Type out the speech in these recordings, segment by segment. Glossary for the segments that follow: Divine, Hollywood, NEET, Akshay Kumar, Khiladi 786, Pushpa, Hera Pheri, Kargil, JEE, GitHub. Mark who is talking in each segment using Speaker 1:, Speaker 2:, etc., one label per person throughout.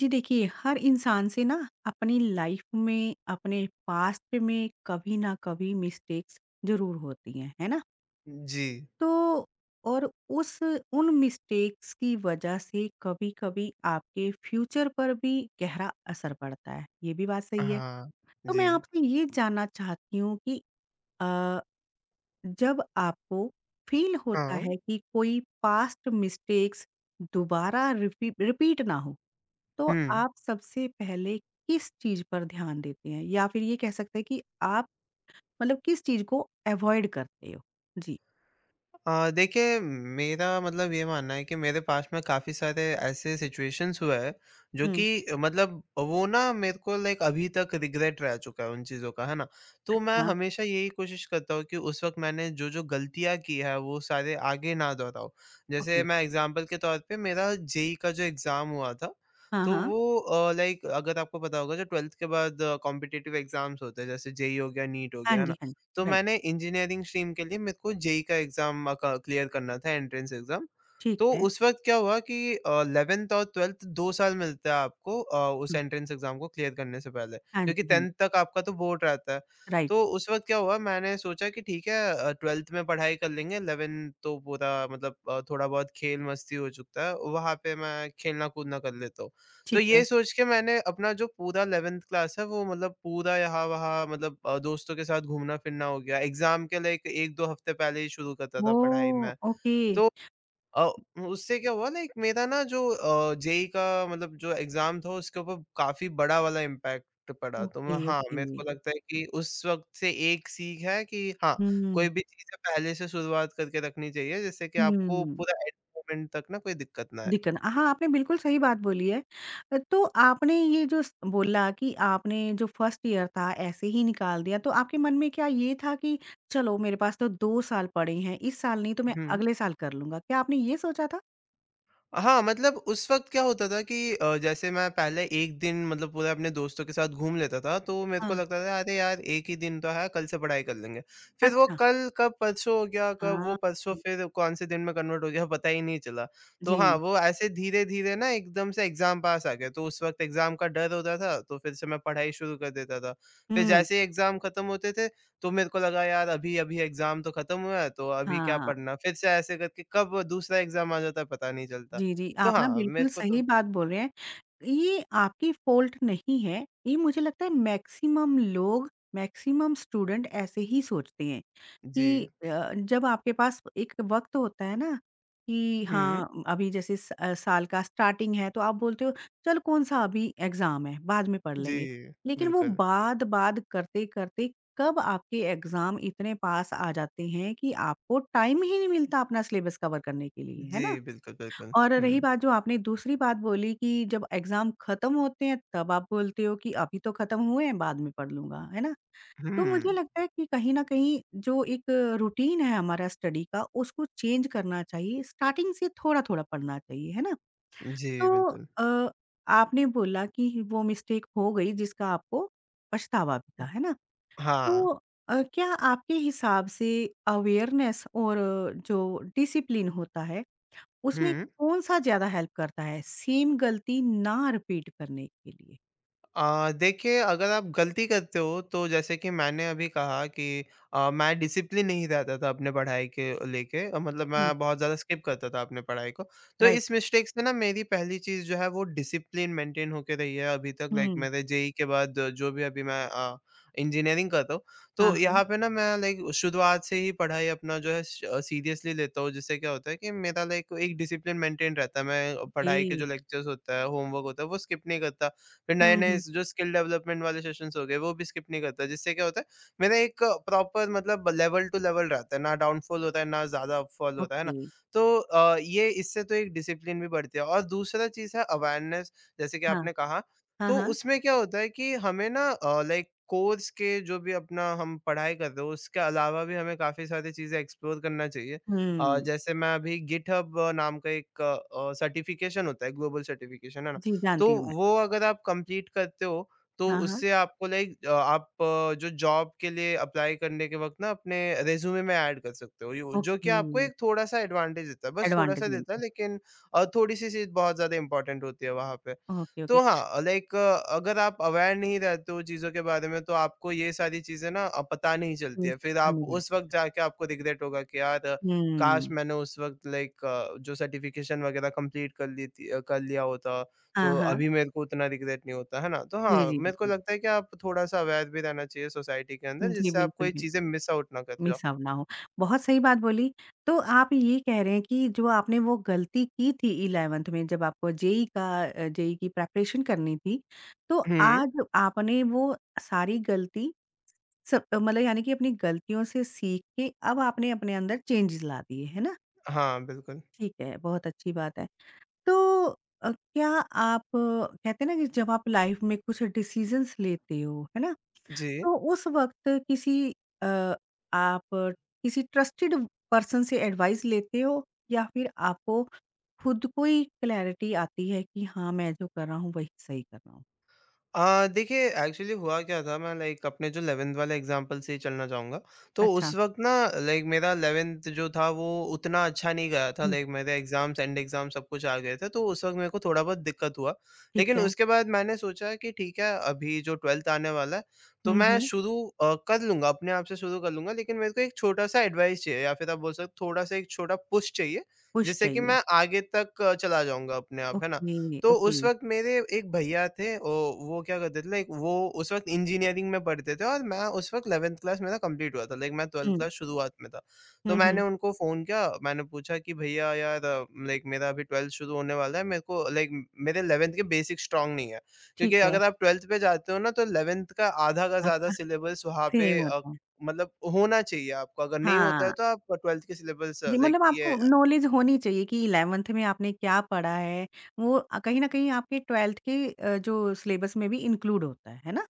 Speaker 1: जी देखिए, हर इंसान से ना अपनी लाइफ में, अपने पास्ट में कभी ना कभी मिस्टेक्स ज़रूर होती हैं, है ना?
Speaker 2: जी।
Speaker 1: तो और उस उन मिस्टेक्स की वजह से कभी-कभी आपके फ्यूचर पर भी गहरा असर पड़ता है, ये भी बात सही है।
Speaker 2: हाँ,
Speaker 1: तो मैं
Speaker 2: जी।
Speaker 1: आपसे ये जानना चाहती हूँ कि अ, जब आपको फ़ील होता
Speaker 2: हाँ।
Speaker 1: है कि कोई पास्ट मिस्टेक्स दोबारा रिपीट ना हो, तो
Speaker 2: हुँ।
Speaker 1: आप सबसे पहले किस चीज़ पर ध्यान देते हैं? या फिर ये कह सकते हैं कि आप मतलब किस चीज़ को अवॉइड करते हो? जी।
Speaker 2: देखिए मेरा मतलब ये मानना है कि मेरे पास में काफ़ी सारे ऐसे सिचुएशंस हुए हैं, जो
Speaker 1: हुँ।
Speaker 2: कि मतलब वो ना मेरे को लाइक अभी तक रिग्रेट रह चुका है उन चीज़ों का, है ना? तो मैं
Speaker 1: अच्छा,
Speaker 2: हमेशा यही कोशिश करता हूँ कि उस वक़्त मैंने जो-जो गलतियाँ की है, वो सारे आगे ना दोहराऊँ। जैसे
Speaker 1: ओके।
Speaker 2: मैं एग्ज़ाम्पल के तौर पे मेरा जेईई का जो एग्ज़ाम हुआ था,
Speaker 1: हाँ,
Speaker 2: तो
Speaker 1: हाँ।
Speaker 2: वो लाइक अगर आपको पता होगा जो 12th के बाद कॉम्पिटिटिव एग्ज़ाम्स होते हैं, जैसे जेईई हो गया, नीट हो
Speaker 1: हाँ
Speaker 2: गया, है ना?
Speaker 1: जी, हाँ
Speaker 2: तो
Speaker 1: जी। राइट,
Speaker 2: मैंने इंजीनियरिंग स्ट्रीम के लिए मेरे को जेईई का एग्ज़ाम क क्लियर करना था एंट्रेंस एग्ज़ाम।
Speaker 1: ठीक
Speaker 2: तो
Speaker 1: है।
Speaker 2: उस वक़्त क्या हुआ कि 11th और 12th 2 साल मिलता है आपको उस
Speaker 1: हुँ।
Speaker 2: एंट्रेंस एग्ज़ाम को क्लियर करने से पहले,
Speaker 1: हाँ जी,
Speaker 2: क्योंकि
Speaker 1: हाँ जी।
Speaker 2: 10th तक आपका तो बोर्ड रहता है।
Speaker 1: राइट,
Speaker 2: तो उस वक़्त क्या हुआ मैंने सोचा कि ठीक है 12th में पढ़ाई कर लेंगे, 11th तो पूरा मतलब थोड़ा बहुत खेल मस्ती हो चुकता है, वहाँ पे मैं खेलना-कूदना कर लेता हूँ। तो
Speaker 1: ठीक है।
Speaker 2: ये सोच के मैंने अपना जो पूरा 11th क्लास है वो मतलब पूरा यहाँ-वहाँ मतलब दोस्तों के साथ घूमना-फिरना हो गया। एग्ज़ाम के लाइक 1-2 हफ्ते पहले ही शुरू करता था पढ़ाई
Speaker 1: ओह!
Speaker 2: मैं।
Speaker 1: ओके,
Speaker 2: तो अ, उससे क्या हुआ लाइक मेरा ना जो जेईई का मतलब जो एग्ज़ाम था उसके ऊपर काफ़ी बड़ा वाला इम्पैक्ट पड़ा। तो
Speaker 1: ओके,
Speaker 2: मैं, हाँ,
Speaker 1: ओके।
Speaker 2: मेरे को लगता है कि उस वक़्त से एक सीख है कि हाँ, कोई
Speaker 1: हुँ,
Speaker 2: भी चीज़ें पहले से शुरुआत करके रखनी चाहिए जिससे कि आपको
Speaker 1: हुँ।
Speaker 2: पूरा एंड मोमेंट तक ना कोई दिक्कत ना आए।
Speaker 1: दिक्कत हाँ, आपने बिल्कुल सही बात बोली है। तो आपने ये जो स बोला कि आपने जो फर्स्ट ईयर था ऐसे ही निकाल दिया, तो आपके मन में क्या ये था कि चलो मेरे पास तो 2 साल पड़े हैं, इस साल नहीं तो मैं
Speaker 2: हुँ।
Speaker 1: अगले साल कर लूँगा, क्या आपने ये सोचा था?
Speaker 2: हाँ, मतलब उस वक़्त क्या होता था कि जैसे मैं पहले 1 दिन मतलब पूरा अपने दोस्तों के साथ घूम लेता था, तो मेरे को
Speaker 1: हाँ,
Speaker 2: लगता था अरे यार! 1 ही दिन तो है, कल से पढ़ाई कर लेंगे। फिर वो
Speaker 1: अच्छा।
Speaker 2: कल कब परसों हो गया, कब वो
Speaker 1: हाँ,
Speaker 2: परसों
Speaker 1: हुँ,
Speaker 2: फिर कौन से दिन में कन्वर्ट हो गया पता ही नहीं चला। तो हाँ,
Speaker 1: जी।
Speaker 2: वो ऐसे धीरे-धीरे ना एकदम से एग्ज़ाम पास आ गया, तो उस वक़्त एग्ज़ाम का डर होता था, तो फिर से मैं पढ़ाई शुरू कर देता था। फिर
Speaker 1: हुँ,
Speaker 2: जैसे ही एग्ज़ाम खत्म होते थे, तो मेरे को लगा यार अभी-अभी एग्ज़ाम तो खत्म हुआ है, तो अभी क्या
Speaker 1: हाँ।
Speaker 2: पढ़ना? फिर से ऐसे करके कब दूसरा एग्ज़ाम आ जाता है पता नहीं चलता।
Speaker 1: जी, जी,
Speaker 2: तो
Speaker 1: आप ना
Speaker 2: हाँ,
Speaker 1: बिल्कुल
Speaker 2: मेरे को
Speaker 1: सही
Speaker 2: तो।
Speaker 1: बात बोल रहे हैं। ये आपकी फ़ॉल्ट नहीं है, ये मुझे लगता है मैक्सिमम लोग, मैक्सिमम स्टूडेंट ऐसे ही सोचते हैं।
Speaker 2: जी।
Speaker 1: कि जब आपके पास एक वक़्त होता है ना कि
Speaker 2: हुँ,
Speaker 1: हाँ, अभी जैसे साल का स्टार्टिंग है तो आप बोलते हो चल कौन-सा अभी एग्ज़ाम है, बाद में पढ़ लेंगे।
Speaker 2: जी,
Speaker 1: लेकिन वो
Speaker 2: बिल्कुल।
Speaker 1: बाद, बाद करते-करते कब आपके एग्ज़ाम इतने पास आ जाते हैं कि आपको टाइम ही नहीं मिलता अपना सिलेबस कवर करने के लिए, है
Speaker 2: जी,
Speaker 1: ना?
Speaker 2: बिल्कुल, बिल्कुल।
Speaker 1: और रही
Speaker 2: हुँ,
Speaker 1: बात जो आपने दूसरी बात बोली कि जब एग्ज़ाम खत्म होते हैं तब आप बोलते हो कि अभी तो खत्म हुए हैं बाद में पढ़ लूँगा, है ना? तो मुझे
Speaker 2: हुँ,
Speaker 1: लगता है कि कहीं न कहीं जो एक रूटीन है हमारा स्टडी का, उसको चेंज करना चाहिए। स्टार्टिंग से थोड़ा-थोड़ा पढ़ना चाहिए, है ना?
Speaker 2: जी,
Speaker 1: तो
Speaker 2: बिल्कुल।
Speaker 1: अ, आपने बोला कि वो मिस्टेक हो गई जिसका आपको पछतावा भी था, है ना?
Speaker 2: हाँ।
Speaker 1: तो क्या आपके हिसाब से अवेयरनेस और जो डिसिप्लिन होता है, उसमें
Speaker 2: हुँ।
Speaker 1: कौन-सा ज़्यादा हेल्प करता है, सेम गलती ना रिपीट करने के लिए?
Speaker 2: देखिए अगर आप गलती करते हो तो जैसे कि मैंने अभी कहा कि मैं डिसिप्लिन नहीं रहता था अपने पढ़ाई के लेके, मतलब
Speaker 1: हुँ,
Speaker 2: मैं बहुत ज़्यादा स्किप करता था अपने पढ़ाई को। तो
Speaker 1: राइट।
Speaker 2: इस मिस्टेक से ना मेरी पहली चीज़ जो है वो डिसिप्लिन मेंटेन होके रही है अभी तक, लाइक
Speaker 1: हुँ।
Speaker 2: मेरे जेई के बाद जो भी अभी मैं इंजीनियरिंग करता हूँ,
Speaker 1: हाँ,
Speaker 2: तो
Speaker 1: हाँ।
Speaker 2: यहाँ पे ना मैं लाइक शुरुआत से ही पढ़ाई अपना जो है सीरियसली लेता हूँ, जिससे क्या होता है कि मेरा लाइक एक डिसिप्लिन मेंटेन रहता है। मैं
Speaker 1: ओके।
Speaker 2: पढ़ाई के जो लेक्चर्स होता है, होमवर्क होता है, वो स्किप नहीं करता। फिर
Speaker 1: हुँ,
Speaker 2: नए-नए
Speaker 1: हुँ।
Speaker 2: जो स्किल डेवलपमेंट वाले सेशंस हो गए, वो भी स्किप नहीं करता, जिससे क्या होता है, मेरा एक प्रॉपर मतलब लेवल टू लेवल रहता है, ना डाउनफॉल होता है, ना ज़्यादा अपफॉल होता है ना?
Speaker 1: ओके।
Speaker 2: तो ये इससे तो एक डिसिप्लिन भी बढ़ती है और दूसरा चीज़ है अवेयरनेस, जैसे कि
Speaker 1: हाँ।
Speaker 2: आपने कहा,
Speaker 1: हाँ,
Speaker 2: तो
Speaker 1: हाँ।
Speaker 2: उसमें क्या होता है कि हमें ना लाइक कोर्स के जो भी अपना हम पढ़ाई कर रहे हो, उसके अलावा भी हमें काफ़ी सारी चीज़ें एक्सप्लोर करना चाहिए।
Speaker 1: हुँ,
Speaker 2: जैसे मैं अभी गिटहब नाम का एक सर्टिफिकेशन होता है, ग्लोबल सर्टिफिकेशन, है ना?
Speaker 1: जी, जानती
Speaker 2: तो
Speaker 1: हूँ मैं।
Speaker 2: वो अगर आप कंप्लीट करते हो, तो
Speaker 1: हाँ, हाँ,
Speaker 2: उससे आपको लाइक, आप जो जॉब के लिए अप्लाई करने के वक़्त ना अपने रिज़्यूमे में ऐड कर सकते हो, यो जो कि
Speaker 1: ओके,
Speaker 2: आपको एक थोड़ा-सा एडवांटेज देता है, बस
Speaker 1: एडवांटेज
Speaker 2: थोड़ा-सा देता
Speaker 1: मिलता
Speaker 2: है,
Speaker 1: है।
Speaker 2: लेकिन थोड़ी-सी चीज़ बहुत ज़्यादा इम्पोर्टेंट होती है वहाँ पे।
Speaker 1: ओके, ओके,
Speaker 2: तो हाँ, लाइक अगर आप अवेयर नहीं रहते हो चीज़ों के बारे में, तो आपको ये सारी चीज़ें ना पता नहीं चलती
Speaker 1: मिस
Speaker 2: है, फिर आप
Speaker 1: करनी
Speaker 2: उस
Speaker 1: पड़ती
Speaker 2: वक़्त
Speaker 1: है।
Speaker 2: जाके आपको रिग्रेट होगा कि यार, काश
Speaker 1: हुँ,
Speaker 2: मैंने उस वक़्त लाइक जो सर्टिफ़िकेशन वग़ैरह कंप्लीट कर ली थी, कर लिया होता।
Speaker 1: हाँ,
Speaker 2: तो
Speaker 1: हाँ,
Speaker 2: अभी मेरे को उतना रिग्रेट नहीं होता, है ना? तो
Speaker 1: जी,
Speaker 2: हाँ,
Speaker 1: जी,
Speaker 2: मेरे को
Speaker 1: बिल्कुल।
Speaker 2: लगता है कि आप थोड़ा-सा अवेयर भी रहना चाहिए सोसाइटी के अंदर
Speaker 1: जी,
Speaker 2: जिससे आपको
Speaker 1: बिल्कुल,
Speaker 2: ये
Speaker 1: बिल्कुल,
Speaker 2: चीज़ें मिस आउट ना कर जाओ।
Speaker 1: मिस आउट ना हो। बहुत सही बात बोली, तो आप ये कह रहे हैं कि जो आपने वो गलती की थी 11th में जब आपको जेईई का जेईई की प्रिपरेशन करनी थी, तो
Speaker 2: हुँ।
Speaker 1: आज आपने वो सारी गलती सब मतलब यानी कि अपनी गलतियों से सीख के अब आपने अपने अंदर चेंजेज़ ला दिए, है ना?
Speaker 2: हाँ, बिल्कुल।
Speaker 1: ठीक है, बहुत अच्छी बात है। तो क्या आप कहते हैं ना कि जब आप लाइफ में कुछ डिसीजंस लेते हो, है ना?
Speaker 2: जी।
Speaker 1: तो उस वक़्त किसी अ, आप किसी ट्रस्टेड पर्सन से एडवाइस लेते हो या फिर आपको खुद को ही क्लैरिटी आती है कि हाँ, मैं जो कर रहा हूँ वही सही कर रहा हूँ?
Speaker 2: देखिए एक्चुअली हुआ क्या था, मैं लाइक अपने जो 11th वाले एग्जाम्पल से ही चलना चाहूँगा। तो
Speaker 1: अच्छा,
Speaker 2: उस वक़्त ना लाइक मेरा 11th जो था वो उतना अच्छा नहीं गया था,
Speaker 1: हुँ,
Speaker 2: लाइक मेरे एग्ज़ाम्स एंड एग्ज़ाम सब कुछ आ गए थे, तो उस वक़्त मेरे को थोड़ा बहुत दिक्कत हुआ।
Speaker 1: ठीक
Speaker 2: लेकिन
Speaker 1: है।
Speaker 2: उसके बाद मैंने सोचा कि ठीक है, अभी जो 12th आने वाला है तो
Speaker 1: हुँ,
Speaker 2: मैं
Speaker 1: हुँ,
Speaker 2: शुरू कर लूँगा, अपने आप से शुरू कर लूँगा, लेकिन मेरे को एक छोटा-सा एडवाइस चाहिए, या फिर आप बोल सकते हो थोड़ा-सा एक छोटा पुश चाहिए,
Speaker 1: पुश
Speaker 2: जिससे कि
Speaker 1: चाहिए।
Speaker 2: मैं आगे तक चला जाऊँगा अपने आप, है ना?
Speaker 1: ओके,
Speaker 2: तो
Speaker 1: ओके।
Speaker 2: उस वक़्त मेरे एक भैया थे, ओ वो क्या करते थे लाइक, वो उस वक़्त इंजीनियरिंग में पढ़ते थे और मैं उस वक़्त 11th क्लास मेरा कंप्लीट हुआ था, लाइक मैं 12th
Speaker 1: हुँ,
Speaker 2: क्लास शुरुआत में था। तो
Speaker 1: हुँ, हुँ,
Speaker 2: मैंने उनको फ़ोन किया, मैंने पूछा कि भैया यार, लाइक मेरा अभी 12th शुरू होने वाला है, मेरे को लाइक मेरे 11th के बेसिक स्ट्रॉन्ग नहीं है। क्योंकि
Speaker 1: ठीक है। आपका
Speaker 2: अगर आप 12th पे जाते हो ना, तो 11th का आधा का ज़्यादा सिलेबस वहाँ पे
Speaker 1: सेम होता है।
Speaker 2: मतलब होना चाहिए आपको, अगर नहीं होता है
Speaker 1: हाँ।
Speaker 2: तो आप 12th के सिलेबस
Speaker 1: जी,
Speaker 2: लाइक
Speaker 1: मतलब
Speaker 2: ये,
Speaker 1: आपको नॉलेज होनी चाहिए कि 11th में आपने क्या पढ़ा है, वो कहीं न कहीं आपके 12th के जो सिलेबस में भी इंक्लूड होता है ना?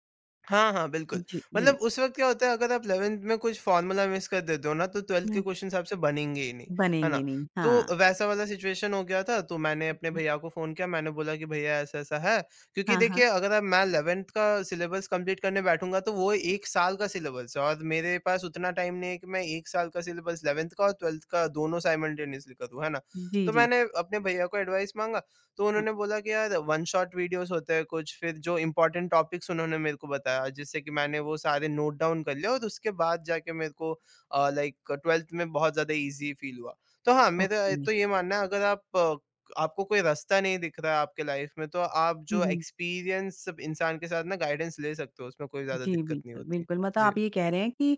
Speaker 2: हाँ, हाँ, बिल्कुल।
Speaker 1: जी, जी।
Speaker 2: मतलब उस वक़्त क्या होता है अगर आप 11th में कुछ फ़ॉर्मूला मिस कर देते हो ना, तो 12th के
Speaker 1: हुँ,
Speaker 2: क्वेश्चन्स आपसे बनेंगे ही नहीं, है ना?
Speaker 1: बनेंगे नहीं, हाँ।
Speaker 2: तो वैसा वाला सिचुएशन हो गया था, तो मैंने अपने
Speaker 1: हुँ।
Speaker 2: भैया को फ़ोन किया, मैंने बोला कि भैया ऐसा-ऐसा है, क्योंकि
Speaker 1: हाँ, हाँ।
Speaker 2: देखिए अगर अब मैं 11th का सिलेबस कंप्लीट करने बैठूँगा तो वो 1 साल का सिलेबस है, और मेरे पास उतना टाइम नहीं है कि मैं 1 साल का सिलेबस 11th का और 12th का दोनों साइमल्टेनियसली करूँ, है ना?
Speaker 1: जी,
Speaker 2: तो
Speaker 1: जी।
Speaker 2: मैंने अपने भैया को एडवाइस माँगा, तो
Speaker 1: हाँ।
Speaker 2: उन्होंने बोला कि यार वन शॉट वीडियोस होते हैं कुछ, फिर जो इम्पोर्टेंट टॉपिक्स उन्होंने मेरे को बताया, जिससे कि मैंने वो सारे नोट डाउन कर लिए और उसके बाद जाके मेरे को लाइक ट्वेल्थ में बहुत ज़्यादा इजी फील हुआ। तो हाँ,
Speaker 1: ओके।
Speaker 2: मेरा तो ये मानना है अगर आप आपको कोई रास्ता नहीं दिख रहा है आपके लाइफ में, तो आप
Speaker 1: हुँ,
Speaker 2: जो
Speaker 1: हुँ।
Speaker 2: एक्सपीरियंस इंसान के साथ ना गाइडेंस ले सकते हो, उसमें कोई ज़्यादा
Speaker 1: जी,
Speaker 2: दिक्कत नहीं
Speaker 1: बिल्कुल,
Speaker 2: होती।
Speaker 1: बिल्कुल मतलब
Speaker 2: जी।
Speaker 1: आप ये कह रहे हैं कि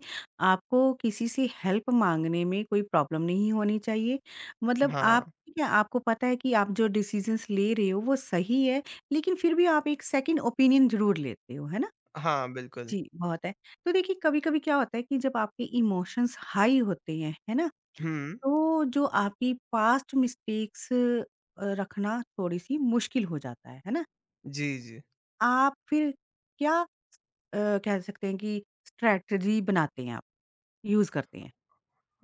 Speaker 1: आपको किसी से हेल्प माँगने में कोई प्रॉब्लम नहीं होनी चाहिए। मतलब आप
Speaker 2: हाँ।
Speaker 1: क्या आपको पता है कि आप जो डिसीज़न्स ले रहे हो वो सही है, लेकिन फिर भी आप एक सेकंड ओपिनियन ज़रूर लेते हो, है ना?
Speaker 2: हाँ, बिल्कुल।
Speaker 1: जी, बहुत है। तो देखिए कभी-कभी क्या होता है कि जब आपके इमोशंस हाई होते हैं, है ना?
Speaker 2: हुँ।
Speaker 1: तो जो आपकी पास्ट मिस्टेक्स रखना थोड़ी-सी मुश्किल हो जाता है ना?
Speaker 2: जी, जी।
Speaker 1: आप फिर क्या कह सकते हैं कि स्ट्रैटेजी बनाते हैं आप, यूज़ करते हैं?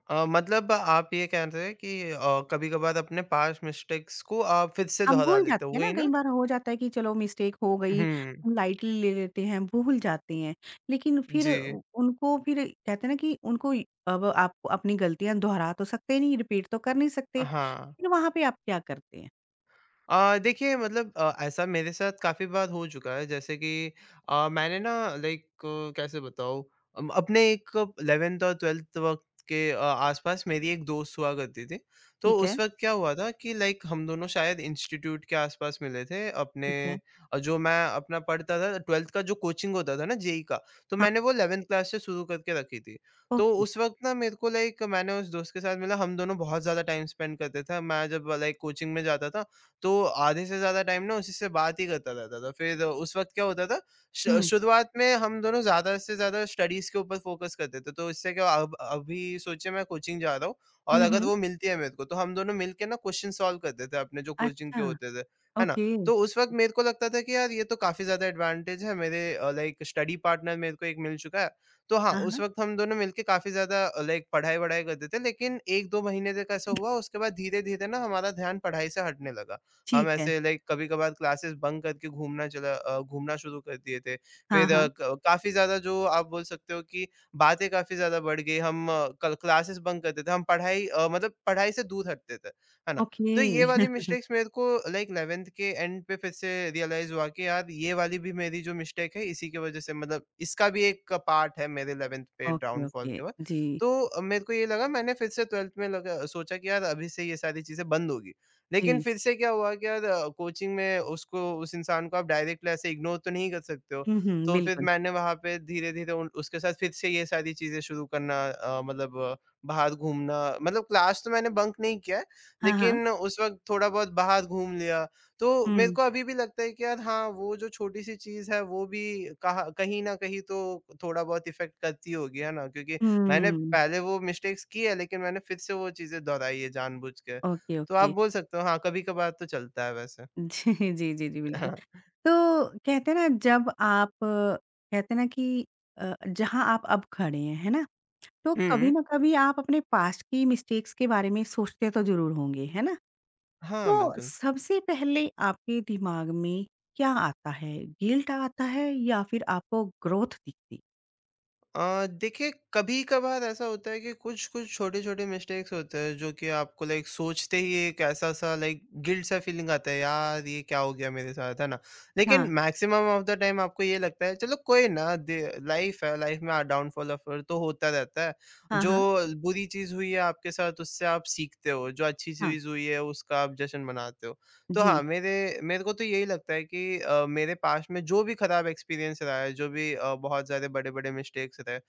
Speaker 2: मतलब आप ये कह रहे हैं कि कभी-कभार अपने पास्ट मिस्टेक्स को आप फिर से
Speaker 1: आप
Speaker 2: दोहरा
Speaker 1: भूल
Speaker 2: लेते हो,
Speaker 1: जाते हैं ना,
Speaker 2: वही
Speaker 1: कई
Speaker 2: ना?
Speaker 1: बार हो जाता है कि चलो मिस्टेक हो गई,
Speaker 2: हुँ,
Speaker 1: हम लाइटली ले लेते हैं, भूल जाते हैं। लेकिन फिर
Speaker 2: जी।
Speaker 1: उ उनको फिर कहते हैं ना कि उनको इ अब आप अपनी गलतियाँ दोहरा तो सकते नहीं, रिपीट तो कर नहीं सकते।
Speaker 2: हाँ।
Speaker 1: फिर वहाँ पे आप क्या करते हैं?
Speaker 2: देखिए मतलब, ऐसा मेरे साथ काफ़ी बार हो चुका है, जैसे कि मैंने ना लाइक, कैसे बताऊँ, अपने एक 11th और 12th वक़्त के आसपास मेरी एक दोस्त हुआ करती थी। तो
Speaker 1: ठीक है,
Speaker 2: उस वक़्त क्या हुआ था कि लाइक हम दोनों शायद इंस्टीट्यूट के आसपास मिले थे अपने,
Speaker 1: ठीक है।
Speaker 2: जो मैं अपना पढ़ता था 12th का जो कोचिंग होता था ना, जेईई का, तो
Speaker 1: हाँ,
Speaker 2: मैंने वो 11th क्लास से शुरू करके रखी थी। तो
Speaker 1: ओके।
Speaker 2: उस वक़्त ना मेरे को लाइक, मैंने उस दोस्त के साथ मिला, हम दोनों बहुत ज़्यादा टाइम स्पेंड करते थे। मैं जब लाइक कोचिंग में जाता था, तो आधे से ज़्यादा टाइम ना उसी से बात ही करता रहता था। फिर उस वक़्त क्या होता था, श
Speaker 1: हुँ।
Speaker 2: शुरुआत में हम दोनों ज़्यादा से ज़्यादा स्टडीज़ के ऊपर फ़ोकस करते थे। तो इससे क्या, अब अभी सोचिए मैं कोचिंग जा रहा हूँ,
Speaker 1: हुँ,
Speaker 2: और अगर
Speaker 1: हुँ।
Speaker 2: वो मिलती है मेरे को, तो हम दोनों मिलके ना क्वेश्चन सॉल्व करते थे अपने जो कोचिंग के
Speaker 1: अच्छा,
Speaker 2: होते थे। है ना?
Speaker 1: ओके।
Speaker 2: तो उस वक़्त मेरे को लगता था कि यार ये तो काफ़ी ज़्यादा एडवांटेज है मेरे, लाइक स्टडी पार्टनर मेरे को एक मिल चुका है। तो हाँ,
Speaker 1: हाँ,
Speaker 2: उस
Speaker 1: हाँ।
Speaker 2: वक़्त हम दोनों मिलके काफ़ी ज़्यादा लाइक पढ़ाई-वढ़ाई करते थे। लेकिन 1-2 महीने तक ऐसा हुआ, उसके बाद धीरे-धीरे ना हमारा ध्यान पढ़ाई से हटने लगा। हम
Speaker 1: ठीक है।
Speaker 2: ऐसे लाइक कभी-कभार क्लासेस बंक करके घूमना शुरू कर दिए थे।
Speaker 1: हाँ,
Speaker 2: फिर अ,
Speaker 1: हाँ।
Speaker 2: क काफ़ी ज़्यादा जो आप बोल सकते हो कि बातें काफ़ी ज़्यादा बढ़ गई। हम कल क्लासेस बंक करते थे, हम पढ़ाई मतलब पढ़ाई से दूर हटते थे। है ना?
Speaker 1: ओके।
Speaker 2: तो ये वाली मिस्टेक्स मेरे को लाइक 11th के एंड पे फिर से रियलाइज़ हुआ कि यार ये वाली भी मेरी जो मिस्टेक है इसी की वज़ह से मतलब इसका भी एक पार्ट है मेरे 11th पे
Speaker 1: ओके,
Speaker 2: डाउनफॉल
Speaker 1: ओके।
Speaker 2: के वक़्त।
Speaker 1: जी,
Speaker 2: तो मेरे को ये लगा मैंने फिर से 12th में लगा सोचा कि यार अभी से ये सारी चीज़ें बंद होगी। लेकिन
Speaker 1: जी।
Speaker 2: फिर से क्या हुआ कि यार कोचिंग में उसको उस इंसान को आप डायरेक्टली ऐसे इग्नोर तो नहीं कर सकते हो।
Speaker 1: हुँ, हुँ,
Speaker 2: तो फिर
Speaker 1: बिल्कुल।
Speaker 2: मैंने वहाँ पे धीरे-धीरे उन उसके साथ फिर से ये सारी चीज़ें शुरू करना बाहर घूमना मतलब क्लास तो मैंने बंक नहीं किया है,
Speaker 1: हाँ, हाँ।
Speaker 2: लेकिन उस वक़्त थोड़ा बहुत बाहर घूम लिया। तो मेरे
Speaker 1: हुँ।
Speaker 2: को अभी भी लगता है कि यार हाँ, वो जो छोटी-सी चीज़ है वो भी कहाँ कहीं न कहीं तो थोड़ा बहुत इफ़ेक्ट करती होगी, है ना? क्योंकि मैंने
Speaker 1: हुँ।
Speaker 2: पहले वो मिस्टेक्स की है लेकिन मैंने फिर से वो चीज़ें दोहराई है जानबूझ के।
Speaker 1: ओके,
Speaker 2: तो
Speaker 1: ओके।
Speaker 2: आप बोल सकते हो हाँ, कभी-कभार तो चलता है वैसे।
Speaker 1: जी, जी, जी, जी, बिल्कुल।
Speaker 2: हाँ।
Speaker 1: तो कहते हैं ना जब आप कहते हैं ना कि जहाँ आप अब खड़े हैं, है ना? तो कभी
Speaker 2: हुँ।
Speaker 1: ना कभी आप अपने पास्ट की मिस्टेक्स के बारे में सोचते तो ज़रूर होंगे, है ना?
Speaker 2: हाँ,
Speaker 1: तो
Speaker 2: बिल्कुल।
Speaker 1: सबसे पहले आपके दिमाग में क्या आता है? गिल्ट आता है या फिर आपको ग्रोथ दिखती?
Speaker 2: देखिए कभी-कभार ऐसा होता है कि कुछ-कुछ छोटे-छोटे मिस्टेक्स होते हैं जो कि आपको लाइक सोचते ही एक ऐसा-सा लाइक गिल्ट सा फीलिंग आता है, यार ये क्या हो गया मेरे साथ, है ना?
Speaker 1: हाँ,
Speaker 2: लेकिन मैक्सिमम ऑफ द टाइम आपको ये लगता है चलो कोई ना दे लाइफ़ है, लाइफ़ में डाउनफॉल अप तो होता रहता है।
Speaker 1: हाँ,
Speaker 2: जो
Speaker 1: हाँ,
Speaker 2: बुरी चीज़ हुई है आपके साथ उससे आप सीखते हो, जो अच्छी
Speaker 1: हाँ,
Speaker 2: चीज़ हुई है उसका आप जश्न मनाते हो। तो हाँ,
Speaker 1: जी,
Speaker 2: मेरे मेरे को तो यही लगता है कि मेरे पास में जो भी खराब एक्सपीरियंस रहा है, जो भी बहुत ज़्यादा बड़े-बड़े मिस्टेक्स रहे,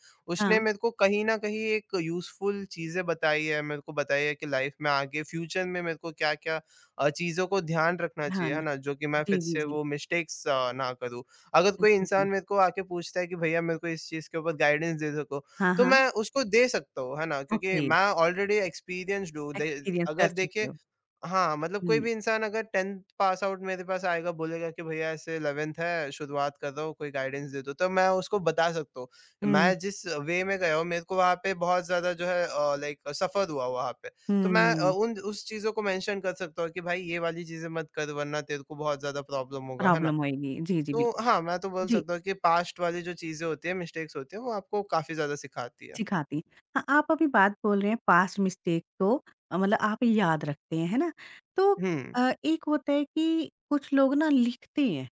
Speaker 1: हाँ,
Speaker 2: उसने मेरे को कहीं न कहीं एक यूज़फुल चीज़ें बताई है, मेरे को बताई है कि लाइफ़ में आगे फ्यूचर में मेरे को क्या-क्या चीज़ों को ध्यान रखना
Speaker 1: हाँ,
Speaker 2: चाहिए, है
Speaker 1: न
Speaker 2: ना? जो कि मैं
Speaker 1: जी,
Speaker 2: फिर
Speaker 1: जी,
Speaker 2: से
Speaker 1: जी।
Speaker 2: वो मिस्टेक्स ना करूँ। अगर कोई
Speaker 1: जी, जी।
Speaker 2: इंसान मेरे को आके पूछता है कि भैया मेरे को इस चीज़ के ऊपर गाइडेंस दे सको,
Speaker 1: हाँ,
Speaker 2: तो
Speaker 1: हाँ,
Speaker 2: मैं उसको दे सकता हूँ, है ना? क्योंकि
Speaker 1: ओके,
Speaker 2: मैं ऑलरेडी एक्सपीरियंस्ड हूँ। दे
Speaker 1: एक्सपीरियंस कर
Speaker 2: अगर
Speaker 1: चुके
Speaker 2: देखिए
Speaker 1: हो।
Speaker 2: हाँ, मतलब कोई
Speaker 1: हुँ,
Speaker 2: भी इंसान अगर 10th पास आउट मेरे पास आएगा, बोलेगा कि भैया ऐसे 11th है, शुरुआत कर रहा हूँ, कोई गाइडेंस दे दो, तो मैं उसको बता सकता हूँ।
Speaker 1: हुँ,
Speaker 2: मैं जिस वे में गया हूँ, मेरे को वहाँ पे बहुत ज़्यादा जो है लाइक सफ़र हुआ वहाँ पे, तो मैं अ,
Speaker 1: हुँ।
Speaker 2: उन उस चीज़ों को मेंशन कर सकता हूँ कि भाई ये वाली चीज़ें मत कर वरना तेरे को बहुत ज़्यादा प्रॉब्लम होगा, है ना?
Speaker 1: प्रॉब्लम होएगी। जी, जी,
Speaker 2: तो
Speaker 1: बिल्कुल।
Speaker 2: हाँ, मैं तो बोल
Speaker 1: जी,
Speaker 2: सकता हूँ कि पास्ट वाली जो चीज़ें होती हैं, मिस्टेक्स होती हैं, वो आपको काफ़ी ज़्यादा सिखाती है।
Speaker 1: सिखाती। हाँ, आप अभी बात बोल रहे हैं पास्ट मिस्टेक को मतलब आप याद रखते हैं, है ना? तो
Speaker 2: हुँ,
Speaker 1: एक होता है कि कुछ लोग ना लिखते हैं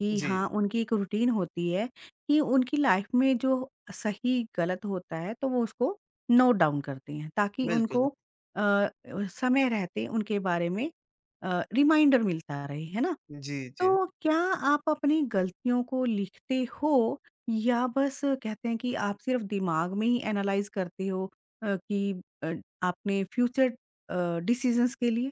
Speaker 1: कि
Speaker 2: जी,
Speaker 1: हाँ, उनकी एक रूटीन होती है कि उनकी लाइफ में जो सही-गलत होता है तो वो उसको नोट डाउन करते हैं ताकि
Speaker 2: बिल्कुल।
Speaker 1: उनको समय रहते उनके बारे में रिमाइंडर मिलता रहे, है ना?
Speaker 2: जी, जी।
Speaker 1: तो क्या आप अपनी गलतियों को लिखते हो या बस कहते हैं कि आप सिर्फ दिमाग में ही एनालाइज करते हो कि अ, आपने फ्यूचर डिसीजंस के लिए?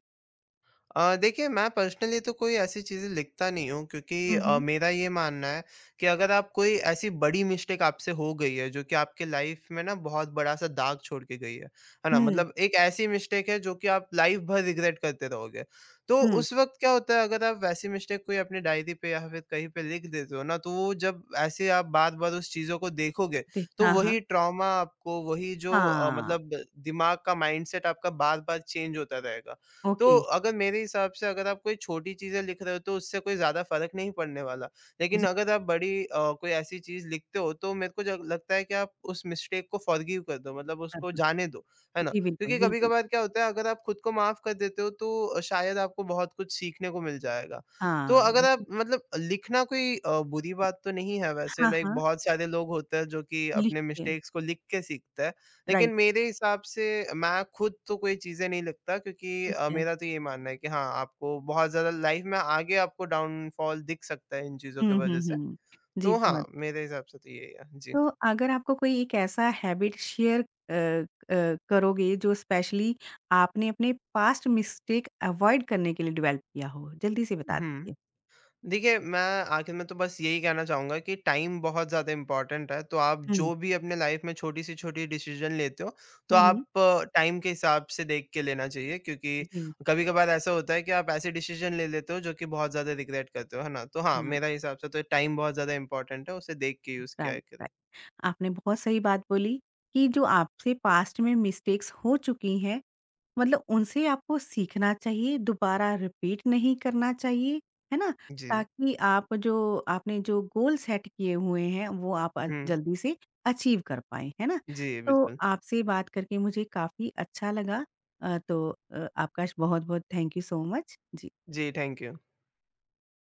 Speaker 2: देखिए मैं पर्सनली तो कोई ऐसी चीज़ें लिखता नहीं हूँ क्योंकि
Speaker 1: हुँ, हुँ।
Speaker 2: मेरा ये मानना है कि अगर आप कोई ऐसी बड़ी मिस्टेक आपसे हो गई है जो कि आपके लाइफ में ना बहुत बड़ा सा दाग छोड़ के गई है ना?
Speaker 1: हुँ,
Speaker 2: मतलब एक ऐसी मिस्टेक है जो कि आप लाइफ भर रिग्रेट करते रहोगे, तो
Speaker 1: हुँ,
Speaker 2: उस वक्त क्या होता है अगर आप वैसी मिस्टेक कोई अपनी डायरी पे या फिर कहीं पे लिख देते हो ना, तो वो जब ऐसे आप बार बार उस चीज़ों को देखोगे,
Speaker 1: जी,
Speaker 2: तो
Speaker 1: हाँ, हाँ,
Speaker 2: वही ट्रॉमा आपको वही जो
Speaker 1: हाँ,
Speaker 2: दिमाग का माइंडसेट आपका बार बार चेंज होता रहेगा।
Speaker 1: ओके,
Speaker 2: तो अगर मेरे हिसाब से अगर आप कोई छोटी चीज़ें लिख रहे हो तो उससे कोई ज़्यादा फ़र्क नहीं पड़ने वाला। लेकिन
Speaker 1: जी,
Speaker 2: अगर आप कोई ऐसी चीज़ लिखते हो तो मेरे को ज लगता है कि आप उस मिस्टेक को फ़ॉरगिव कर दो मतलब उसको
Speaker 1: बिल्कुल,
Speaker 2: जाने दो, है ना?
Speaker 1: जी, बिल्कुल,
Speaker 2: क्योंकि
Speaker 1: बिल्कुल,
Speaker 2: कभी-कभार क्या होता है अगर आप खुद को माफ़ कर देते हो तो शायद आपको बहुत कुछ सीखने को मिल जाएगा। तो अगर
Speaker 1: हाँ,
Speaker 2: आप मतलब लिखना कोई बुरी बात तो नहीं है वैसे,
Speaker 1: हाँ,
Speaker 2: लाइक
Speaker 1: हाँ,
Speaker 2: बहुत सारे लोग होते हैं जो कि अपने
Speaker 1: लिखते हैं,
Speaker 2: मिस्टेक्स को लिख के सीखते हैं।
Speaker 1: राइट,
Speaker 2: लेकिन मेरे हिसाब से मैं खुद तो कोई चीज़ें नहीं लिखता क्योंकि
Speaker 1: ठीक है,
Speaker 2: मेरा तो ये मानना है कि हाँ, आपको बहुत ज़्यादा लाइफ़ में आगे आपको डाउनफॉल दिख सकता है इन चीज़ों की
Speaker 1: हुँ, हुँ,
Speaker 2: वज़ह से।
Speaker 1: हुँ, जी,
Speaker 2: तो हाँ,
Speaker 1: बहुत
Speaker 2: मेरे हिसाब से तो यही है। जी।
Speaker 1: तो अगर आपको कोई एक ऐसा हैबिट शेयर करोगे जो स्पेशली आपने अपने पास्ट मिस्टेक अवॉइड करने के लिए डेवलप किया हो? जल्दी से बता
Speaker 2: हम्म
Speaker 1: दीजिए।
Speaker 2: देखिए, मैं आखिर में तो बस यही कहना चाहूँगा कि टाइम बहुत ज़्यादा इम्पोर्टेंट है, तो आप
Speaker 1: हुँ।
Speaker 2: जो भी अपने लाइफ़ में छोटी से छोटी डिसीज़न लेते हो, तो
Speaker 1: हुँ, हुँ।
Speaker 2: आप टाइम के हिसाब से देख के लेना चाहिए क्योंकि
Speaker 1: जी,
Speaker 2: कभी-कभार ऐसा होता है कि आप ऐसे डिसीज़न ले लेते हो जो कि बहुत ज़्यादा रिग्रेट करते हो, है ना? तो हाँ,
Speaker 1: हाँ,
Speaker 2: मेरा हिसाब से तो टाइम बहुत ज़्यादा इम्पोर्टेंट है, उसे देख के यूज़ किया
Speaker 1: राइट,
Speaker 2: करें।
Speaker 1: राइट। आपने बहुत सही बात बोली कि जो आपसे पास्ट में मिस्टेक्स हो चुकी हैं, मतलब उनसे आपको सीखना चाहिए, दोबारा रिपीट नहीं करना चाहिए, है ना?
Speaker 2: जी।
Speaker 1: ताकि आप जो आपने जो गोल सेट किए हुए हैं, वो आप
Speaker 2: हुँ।
Speaker 1: जल्दी से अचीव कर पाएँ, है ना?
Speaker 2: जी,
Speaker 1: तो
Speaker 2: बिल्कुल।
Speaker 1: आपसे बात करके मुझे काफ़ी अच्छा लगा तो आपका श बहुत-बहुत थैंक यू सो मच। जी।
Speaker 2: जी, थैंक यू।